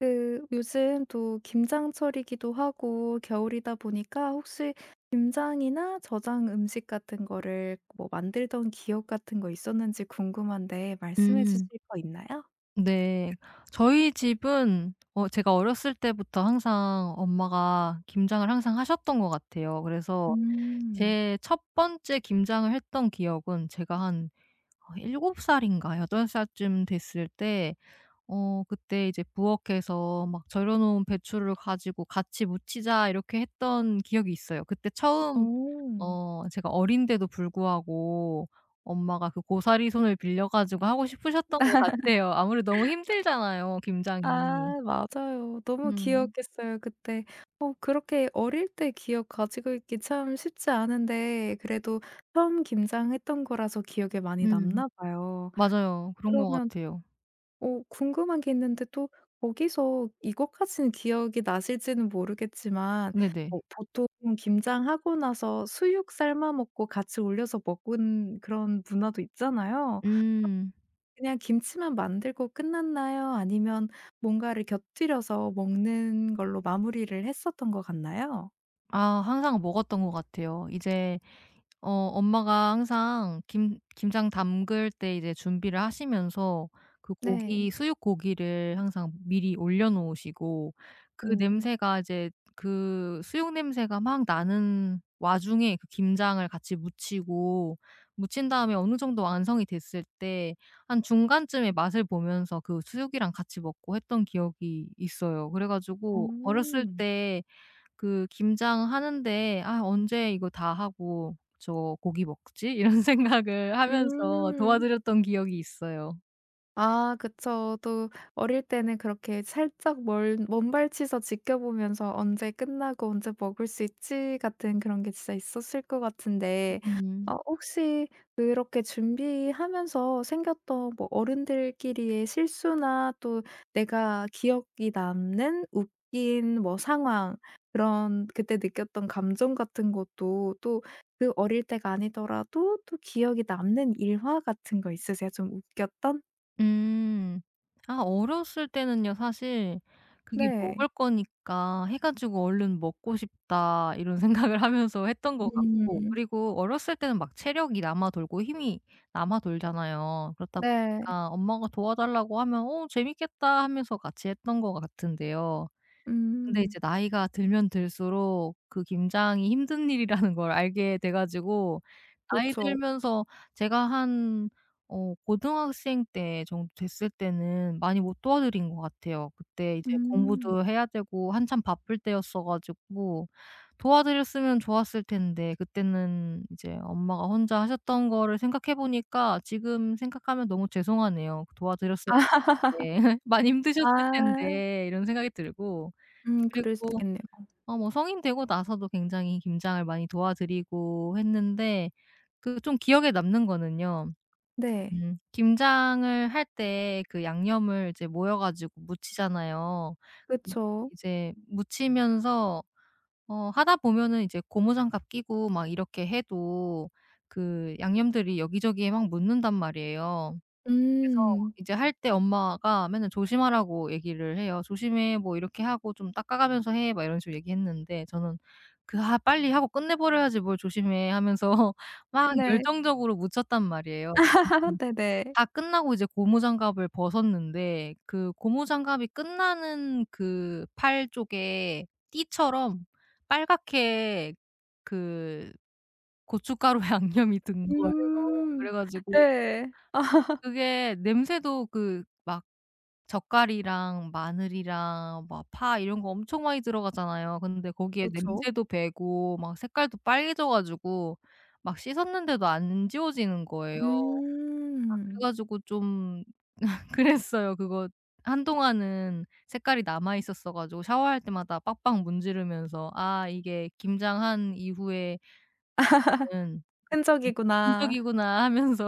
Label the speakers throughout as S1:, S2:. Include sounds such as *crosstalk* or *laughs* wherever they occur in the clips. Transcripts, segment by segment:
S1: 그 요즘 또 김장철이기도 하고 겨울이다 보니까 혹시 김장이나 저장 음식 같은 거를 뭐 만들던 기억 같은 거 있었는지 궁금한데 말씀해 주실
S2: 음.
S1: 거 있나요?
S2: 네. 저희 집은 제가 어렸을 때부터 항상 엄마가 김장을 항상 하셨던 것 같아요. 그래서
S1: 음.
S2: 제 첫 번째 김장을 했던 기억은 제가 한 7살 살인가 8살 살쯤 됐을 때 그때 이제 부엌에서 막 절여 놓은 배추를 가지고 "같이 무치자." 이렇게 했던 기억이 있어요. 그때 처음
S1: 어.
S2: 제가 어린데도 불구하고 엄마가 그 고사리 손을 빌려 가지고 하고 싶으셨던 것 같아요. 아무래도 너무 힘들잖아요 김장이.
S1: 아 맞아요. 너무
S2: 음.
S1: 귀엽겠어요 그때. 그렇게 어릴 때 기억 가지고 있기 참 쉽지 않은데 그래도 처음 김장했던 거라서 기억에 많이
S2: 음.
S1: 남나 봐요.
S2: 맞아요. 그런 것
S1: 그러면
S2: 같아요.
S1: 궁금한 게 있는데 또 거기서 이것까지는 기억이 나실지는 모르겠지만
S2: 네네.
S1: 보통 김장하고 나서 수육 삶아 먹고 같이 올려서 먹은 그런 문화도 있잖아요.
S2: 음.
S1: 그냥 김치만 만들고 끝났나요? 아니면 뭔가를 곁들여서 먹는 걸로 마무리를 했었던 것 같나요?
S2: 아, 항상 먹었던 것 같아요. 이제 엄마가 항상 김 김장 담글 때 이제 준비를 하시면서 그
S1: 네.
S2: 고기 수육 고기를 항상 미리 올려 놓으시고, 그
S1: 음.
S2: 냄새가 이제 그 수육 냄새가 막 나는 와중에 그 김장을 같이 무치고, 무친 다음에 어느 정도 완성이 됐을 때 한 중간쯤에 맛을 보면서 그 수육이랑 같이 먹고 했던 기억이 있어요. 그래 가지고 어렸을
S1: 어.
S2: 때 그 김장하는데 '아, 언제 이거 다 하고 저 고기 먹지?' *laughs* 이런 생각을 하면서
S1: 음.
S2: 도와드렸던 기억이 있어요.
S1: 아 그쵸. 또 어릴 때는 그렇게 살짝 멀 먼발치서 지켜보면서 '언제 끝나고 언제 먹을 수 있지?' 같은 그런 게 진짜 있었을 것 같은데
S2: 음.
S1: 혹시 그렇게 준비하면서 생겼던 뭐 어른들끼리의 실수나 또 내가 기억이 남는 웃긴 뭐 상황 그런 그때 느꼈던 감정 같은 것도 또 그 어릴 때가 아니더라도 또 기억이 남는 일화 같은 거 있으세요? 좀 웃겼던?
S2: 음. 아, 어렸을 때는요, 사실 그게
S1: 네.
S2: '먹을 거니까 해 가지고 얼른 먹고 싶다.' 이런 *laughs* 생각을 하면서 했던 것 같고,
S1: 음.
S2: 그리고 어렸을 때는 막 체력이 남아 돌고 힘이 남아 돌잖아요. 그렇다
S1: 네.
S2: 보니까 엄마가 도와달라고 하면 '어, 재밌겠다.' 하면서 같이 했던 것 같은데요. 근데
S1: 음.
S2: 이제 나이가 들면 들수록 그 김장이 힘든 일이라는 걸 알게 돼 가지고, 나이
S1: 그쵸.
S2: 들면서 제가 한 고등학생 때 정도 됐을 때는 많이 못 도와드린 것 같아요. 그때 이제
S1: 음.
S2: 공부도 해야 되고 한참 바쁠 때였어 가지고 도와드렸으면 좋았을 텐데, 그때는 이제 엄마가 혼자 하셨던 거를 생각해 보니까 지금 생각하면 너무 죄송하네요. 도와드렸어야
S1: *laughs*
S2: 되는데 *laughs* 많이 힘드셨을
S1: 아.
S2: 텐데 이런 생각이 들고,
S1: 그럴 수도
S2: 그리고
S1: 있겠네요.
S2: 뭐 성인 되고 나서도 굉장히 김장을 많이 도와드리고 했는데, 그 좀 기억에 남는 거는요,
S1: 네.
S2: 음, 김장을 할 때 그 양념을 이제 모여 가지고 무치잖아요. 근데
S1: 그쵸.
S2: 이제 무치면서 하다 보면은 이제 고무장갑 끼고 막 이렇게 해도 그 양념들이 여기저기에 막 묻는단 말이에요. 그래서
S1: 음.
S2: 이제 할 때 엄마가 맨날 조심하라고 얘기를 해요. "조심해." 뭐 "이렇게 하고 좀 닦아가면서 해." 막 이런 식으로 얘기했는데, 저는 그 '아, 빨리 하고 끝내버려야지 뭘 조심해.' 하면서 *laughs* 막
S1: 네.
S2: 열정적으로 묻혔단 말이에요.
S1: *laughs*
S2: 음음.
S1: 네네.
S2: 다 끝나고 이제 고무장갑을 벗었는데 그 고무장갑이 끝나는 그 팔 쪽에 띠처럼 빨갛게 그 고춧가루 *laughs* 양념이 든 거예요.
S1: 음.
S2: 그래 가지고
S1: 네. 아
S2: 그게 냄새도 그 막 젓갈이랑 마늘이랑 막 파 이런 거 엄청 많이 들어가잖아요. 근데 거기에
S1: 그쵸.
S2: 냄새도 배고 막 색깔도 빨개져 가지고 막 씻었는데도 안 지워지는 거예요. 그래
S1: 음.
S2: 가지고 좀 *laughs* 그랬어요. 그거 한동안은 색깔이 남아 있었어 가지고 샤워할 때마다 빡빡 문지르면서 '아, 이게 김장한 이후에 남은
S1: 흔적이구나.
S2: 흔적이구나.' 하면서.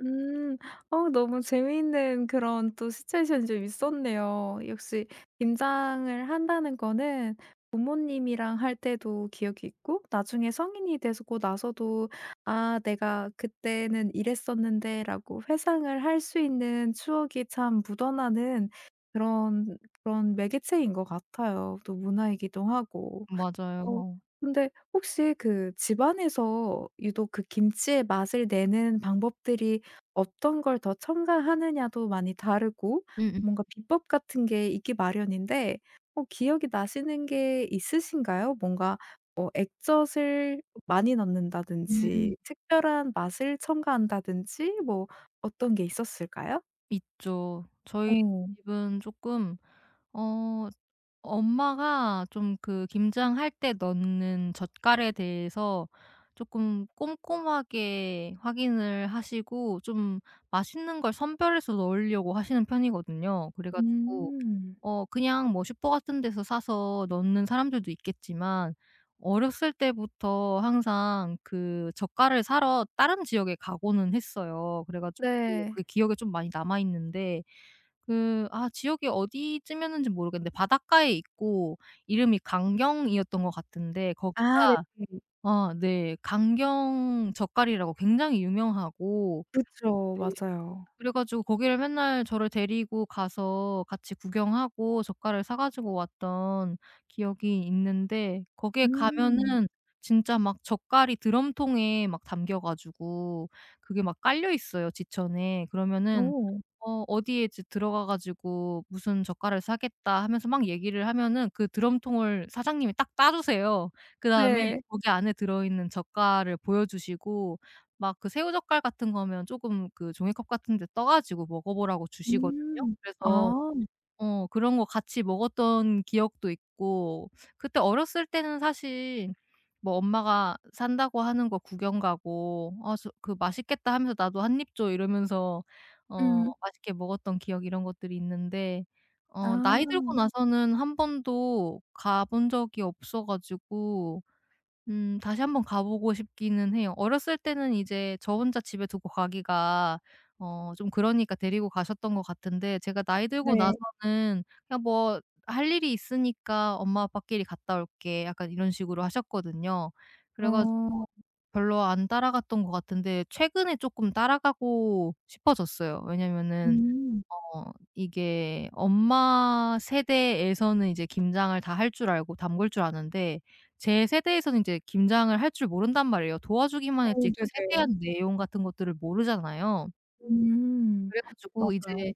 S1: 음. 너무 재미있는 그런 또 시츄에이션이 좀 있었네요. 역시 김장을 한다는 거는 부모님이랑 할 때도 기억이 있고 나중에 성인이 되고 나서도 '아 내가 그때는 이랬었는데.'라고 회상을 할 수 있는 추억이 참 묻어나는 그런 그런 매개체인 것 같아요, 또 문화이기도 하고. 어
S2: 맞아요.
S1: 근데 혹시 그 집안에서 유독 그 김치의 맛을 내는 방법들이 어떤 걸 더 첨가하느냐도 많이 다르고
S2: *laughs* 음음.
S1: 뭔가 비법 같은 게 있기 마련인데 기억이 나시는 게 있으신가요? 뭔가 뭐 액젓을 많이
S2: 음.
S1: 넣는다든지 특별한 맛을 첨가한다든지 뭐 어떤 게 있었을까요?
S2: 있죠. 저희
S1: 어.
S2: 집은 조금 어 엄마가 좀 그 김장할 때 넣는 젓갈에 대해서 조금 꼼꼼하게 확인을 하시고, 좀 맛있는 걸 선별해서 넣으려고 하시는 편이거든요. 그래 가지고
S1: 음.
S2: 그냥 뭐 슈퍼 같은 데서 사서 넣는 사람들도 있겠지만, 어렸을 때부터 항상 그 젓갈을 사러 다른 지역에 가고는 했어요. 그래 가지고
S1: 네.
S2: 그게 기억에 좀 많이 남아 있는데, 그 아, 지역이 어디쯤이었는지 모르겠는데 바닷가에 있고, 이름이 강경이었던 것 같은데 거기가,
S1: 아 네.
S2: 아, 네, 강경 젓갈이라고 굉장히 유명하고.
S1: 그쵸.
S2: 네.
S1: 맞아요.
S2: 그래 가지고 거기를 맨날 저를 데리고 가서 같이 구경하고 젓갈을 사 가지고 왔던 기억이 있는데, 거기에
S1: 음.
S2: 가면은 진짜 막 젓갈이 드럼통에 막 담겨 가지고 그게 막 깔려 있어요, 지천에. 그러면은
S1: 오
S2: 어디에 이제 들어가 가지고 "무슨 젓갈을 사겠다." 하면서 막 얘기를 하면은 그 드럼통을 사장님이 딱 따 주세요. 그다음에
S1: 네.
S2: 거기 안에 들어있는 젓갈을 보여 주시고, 막 그 새우젓갈 같은 거면 쪼금 그 종이컵 같은 데 떠 가지고 먹어 보라고 주시거든요.
S1: 음.
S2: 그래서
S1: 아.
S2: 그런 거 같이 먹었던 기억도 있고, 그때 어렸을 때는 사실 뭐 엄마가 산다고 하는 거 구경 가고 "아, 저 그 맛있겠다." 하면서 "나도 한 입 줘." 이러면서
S1: 음.
S2: 맛있게 먹었던 기억 이런 것들이 있는데,
S1: 아.
S2: 나이 들고 나서는 한 번도 가본 적이 없어 가지고, 음, 다시 한번 가 보고 싶기는 해요. 어렸을 때는 이제 저 혼자 집에 두고 가기가 좀 그러니까 데리고 가셨던 것 같은데, 제가 나이 들고
S1: 네.
S2: 나서는 그냥 뭐 "할 일이 있으니까 엄마 아빠끼리 갔다 올게." 약간 이런 식으로 하셨거든요. 그래 가지고
S1: 어.
S2: 별로 안 따라갔던 것 같은데 최근에 조금 따라가고 싶어졌어요. 왜냐면은
S1: 음.
S2: 어 이게 엄마 세대에서는 이제 김장을 다 할 줄 알고 담글 줄 아는데, 제 세대에서는 이제 김장을 할 줄 모른단 말이에요. 도와주기만
S1: 어
S2: 했지 그
S1: 네네.
S2: 세세한 내용 같은 것들을 모르잖아요.
S1: 음.
S2: 그래 가지고
S1: 맞아요.
S2: 이제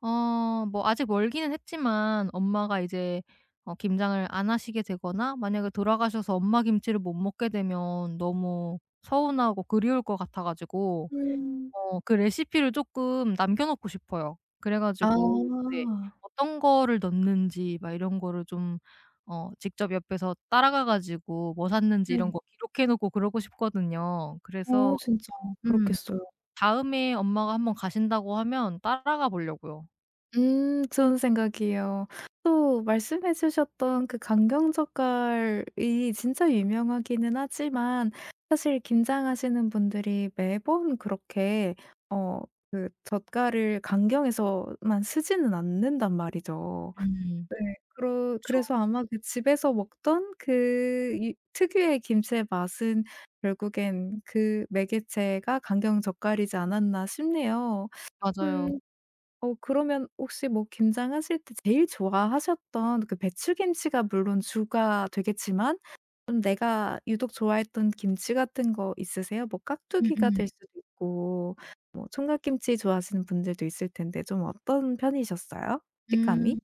S2: 뭐 아직 멀기는 했지만, 엄마가 이제 김장을 안 하시게 되거나 만약에 돌아가셔서 엄마 김치를 못 먹게 되면 너무 서운하고 그리울 것 같아 가지고,
S1: 음.
S2: 그 레시피를 쪼끔 남겨 놓고 싶어요. 그래
S1: 아.
S2: 가지고, 네, 어떤 거를 넣는지 막 이런 거를 좀 직접 옆에서 따라가 가지고 뭐 샀는지
S1: 네.
S2: 이런 거 기록해 놓고 그러고 싶거든요. 그래서
S1: 진짜
S2: 음,
S1: 그렇겠어요.
S2: 다음에 엄마가 한번 가신다고 하면 따라가 보려고요.
S1: 좋은 생각이에요. 또 말씀해 주셨던 그 강경젓갈이 진짜 유명하기는 하지만 사실 김장하시는 분들이 매번 그렇게 어 그 젓갈을 강경에서만 쓰지는 않는단 말이죠.
S2: 음.
S1: 네. 그러
S2: 그쵸.
S1: 그래서 아마 그 집에서 먹던 그 이 특유의 김치의 맛은 결국엔 그 매개체가 강경젓갈이지 않았나 싶네요.
S2: 맞아요.
S1: 음. 그러면 혹시 뭐 김장하실 때 제일 좋아하셨던 그 배추김치가 물론 주가 되겠지만 좀 내가 유독 좋아했던 김치 같은 거 있으세요? 뭐 깍두기가
S2: 음음.
S1: 될 수도 있고 뭐 총각김치 좋아하시는 분들도 있을 텐데 좀 어떤 편이셨어요? 식감이?
S2: 음.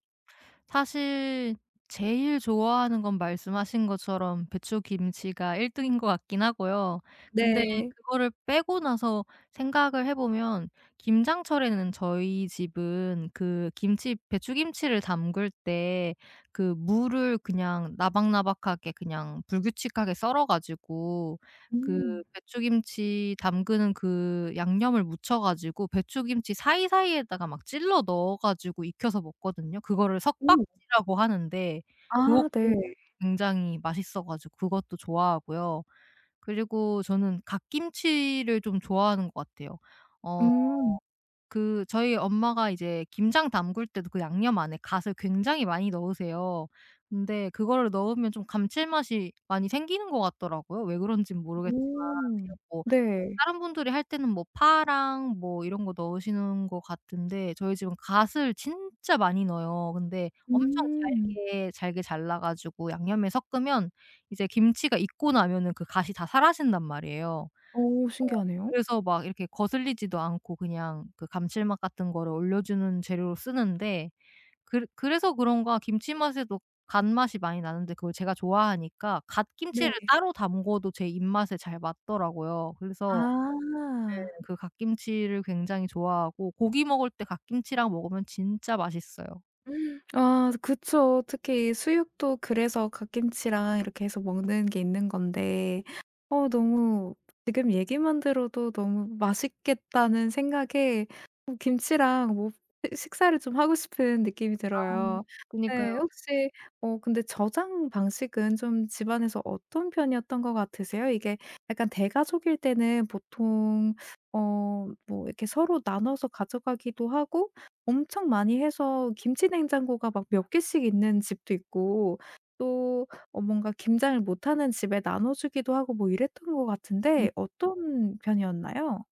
S2: 사실 제일 좋아하는 건 말씀하신 것처럼 배추김치가 1등 등인 것 같긴 하고요. 근데
S1: 네.
S2: 그거를 빼고 나서 생각을 해 보면, 김장철에는 저희 집은 그 김치, 배추김치를 담글 때 그 무를 그냥 나박나박하게, 그냥 불규칙하게 썰어 가지고 그
S1: 음.
S2: 배추김치 담그는 그 양념을 묻혀 가지고 배추김치 사이사이에다가 막 찔러 넣어 가지고 익혀서 먹거든요. 그거를
S1: 오.
S2: 석박지라고 하는데,
S1: 아
S2: 그것도
S1: 네.
S2: 굉장히 맛있어 가지고 그것도 좋아하고요. 그리고 저는 갓김치를 좀 좋아하는 것 같아요. 어
S1: 음.
S2: 그 저희 엄마가 이제 김장 담글 때도 그 양념 안에 갓을 굉장히 많이 넣으세요. 근데 그거를 넣으면 좀 감칠맛이 많이 생기는 것 같더라고요. 왜 그런지는 모르겠지만.
S1: 오.
S2: 그냥 뭐
S1: 네.
S2: 다른 분들이 할 때는 뭐 파랑 뭐 이런 거 넣으시는 것 같은데, 저희 집은 갓을 진짜 많이 넣어요. 근데 엄청
S1: 음.
S2: 잘게 잘게 잘라 가지고 양념에 섞으면 이제 김치가 익고 나면은 그 갓이 다 사라진단 말이에요.
S1: 오
S2: 어.
S1: 신기하네요.
S2: 그래서 막 이렇게 거슬리지도 않고 그냥 그 감칠맛 같은 거를 올려주는 재료로 쓰는데, 그 그래서 그런가 김치 맛에도 간맛이 많이 나는데, 그걸 제가 좋아하니까 갓김치를
S1: 네.
S2: 따로 담궈도 제 입맛에 잘 맞더라고요. 그래서 네,
S1: 아.
S2: 그 갓김치를 굉장히 좋아하고 고기 먹을 때 갓김치랑 먹으면 진짜 맛있어요.
S1: 아 그쵸. 특히 수육도 그래서 갓김치랑 이렇게 해서 먹는 게 있는 건데 너무 지금 얘기만 들어도 너무 맛있겠다는 생각에 김치랑 뭐 시 식사를 좀 하고 싶은 느낌이
S2: 아,
S1: 들어요. 네.
S2: 그니까요.
S1: 혹시 근데 저장 방식은 좀 집안에서 어떤 편이었던 것 같으세요? 이게 약간 대가족일 때는 보통 어 뭐 이렇게 서로 나눠서 가져가기도 하고 엄청 많이 해서 김치 냉장고가 막 몇 개씩 있는 집도 있고 또 뭔가 김장을 못하는 집에 나눠 주기도 하고 뭐 이랬던 것
S2: 음.
S1: 같은데 어떤 편이었나요?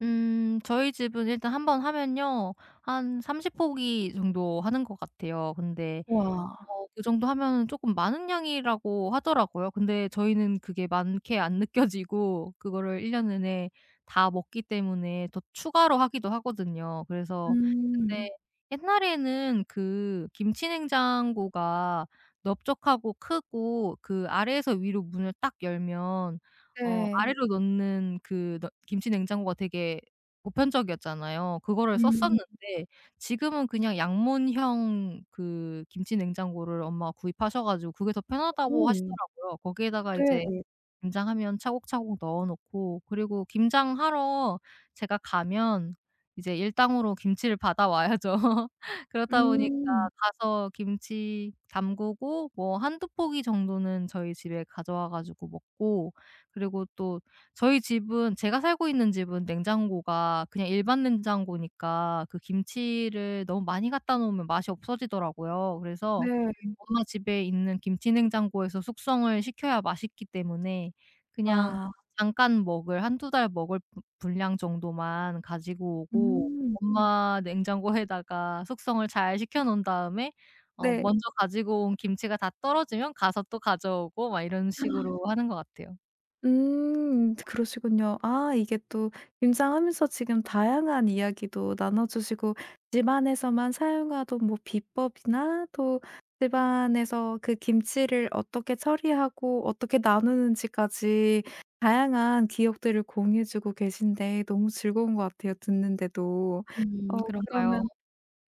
S2: 음, 저희 집은 일단 한번 하면요, 한 30포기 포기 정도 하는 것 같아요. 근데
S1: 와.
S2: 그 정도 하면은 쪼끔 많은 양이라고 하더라고요. 근데 저희는 그게 많게 안 느껴지고 그거를 1년 내내 다 먹기 때문에 더 추가로 하기도 하거든요. 그래서.
S1: 음.
S2: 근데 옛날에는 그 김치 냉장고가 넓적하고 크고 그 아래에서 위로 문을 딱 열면
S1: 네.
S2: 아래로 넣는 그 너 김치 냉장고가 되게 보편적이었잖아요. 그거를
S1: 음.
S2: 썼었는데, 지금은 그냥 양문형 그 김치 냉장고를 엄마가 구입하셔 가지고 그게 더 편하다고
S1: 오.
S2: 하시더라고요. 거기에다가 이제
S1: 네.
S2: 김장하면 차곡차곡 넣어 놓고, 그리고 김장하러 제가 가면 이제 일당으로 김치를 받아와야죠. *laughs* 그렇다 보니까
S1: 음.
S2: 가서 김치 담그고 뭐 한두 포기 정도는 저희 집에 가져와 가지고 먹고, 그리고 또 저희 집은, 제가 살고 있는 집은 냉장고가 그냥 일반 냉장고니까 그 김치를 너무 많이 갖다 놓으면 맛이 없어지더라고요. 그래서
S1: 네.
S2: 엄마 집에 있는 김치 냉장고에서 숙성을 시켜야 맛있기 때문에, 그냥
S1: 와.
S2: 잠깐 먹을, 한두 달 먹을 분 분량 정도만 가지고 오고,
S1: 음.
S2: 엄마 냉장고에다가 숙성을 잘 시켜 놓은 다음에
S1: 네.
S2: 먼저 가지고 온 김치가 다 떨어지면 가서 또 가져오고 막 이런 식으로 하는 것 같아요.
S1: 그러시군요. 아 이게 또 김장하면서 지금 다양한 이야기도 나눠 주시고 집안에서만 사용하던 뭐 비법이나 또 집안에서 그 김치를 어떻게 처리하고 어떻게 나누는지까지 다양한 기억들을 공유해 주고 계신데 너무 즐거운 것 같아요 듣는데도.
S2: 음. 그런가요?
S1: 그러면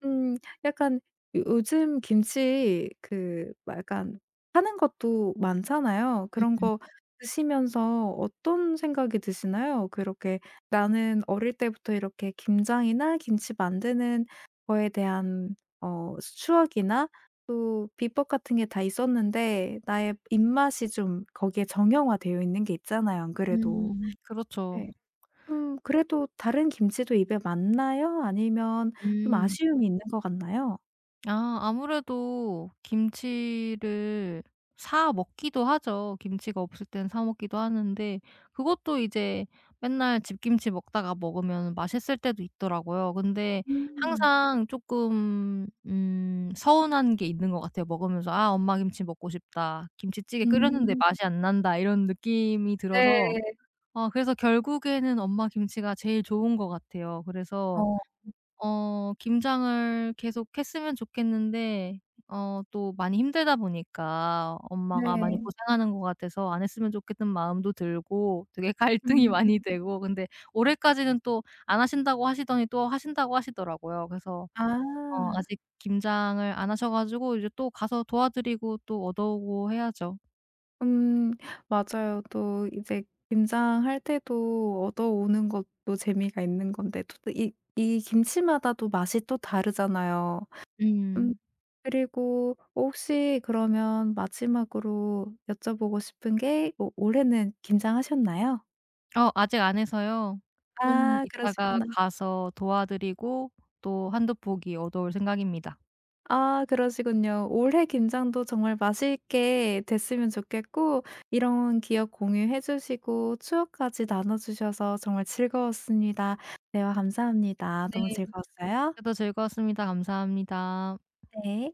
S1: 음 약간 요 요즘 김치 그 막 약간 파는 것도 많잖아요. 그런 거 드시면서 어떤 생각이 드시나요? 그렇게 '나는 어릴 때부터 이렇게 김장이나 김치 만드는 거에 대한 추억이나 또 비법 같은 게 다 있었는데 나의 입맛이 좀 거기에 정형화되어 있는 게 있잖아요 안 그래도.'
S2: 음. 그렇죠.
S1: 네. 그래도 다른 김치도 입에 맞나요? 아니면 좀
S2: 음.
S1: 아쉬움이 있는 것 같나요?
S2: 아, 아무래도 김치를 사 먹기도 하죠. 김치가 없을 땐 사 먹기도 하는데, 그것도 이제 맨날 집김치 먹다가 먹으면 맛있을 때도 있더라고요. 근데
S1: 음.
S2: 항상 조금 서운한 게 있는 것 같아요. 먹으면서 '아, 엄마 김치 먹고 싶다. 김치찌개 끓였는데
S1: 음.
S2: 맛이 안 난다.' 이런 느낌이 들어서,
S1: 네.
S2: 아, 그래서 결국에는 엄마 김치가 제일 좋은 것 같아요. 그래서
S1: 어
S2: 김장을 계속 했으면 좋겠는데, 또 많이 힘들다 보니까 엄마가 많이
S1: 네.
S2: 고생하는 것 같아서 안 했으면 좋겠는 마음도 들고, 되게 *laughs* 갈등이
S1: 음.
S2: 많이 되고. 근데 올해까지는 또 안 하신다고 하시더니 또 하신다고 하시더라고요. 그래서
S1: 아.
S2: 아직 김장을 안 하셔 가지고 이제 또 가서 도와드리고 또 얻어오고 해야죠.
S1: 음 맞아요. 또 이제 김장할 때도 얻어오는 것도 재미가 있는 건데 또 또 이 김치마다 또 맛이 또 다르잖아요. 음
S2: 음.
S1: 그리고 혹시 그러면 마지막으로 여쭤보고 싶은 게 오 올해는 김장하셨나요?
S2: 아직 안 해서요. 좀
S1: 아
S2: 이따가
S1: 그러시구나.
S2: 가서 도와드리고 또 한두 포기 얻어올 생각입니다.
S1: 아 그러시군요. 올해 김장도 정말 맛있게 됐으면 좋겠고 이런 기억 공유해 주시고 추억까지 나눠 주셔서 정말 즐거웠습니다. 대화 감사합니다.
S2: 네.
S1: 너무 즐거웠어요.
S2: 저도 즐거웠습니다. 감사합니다.
S1: 네.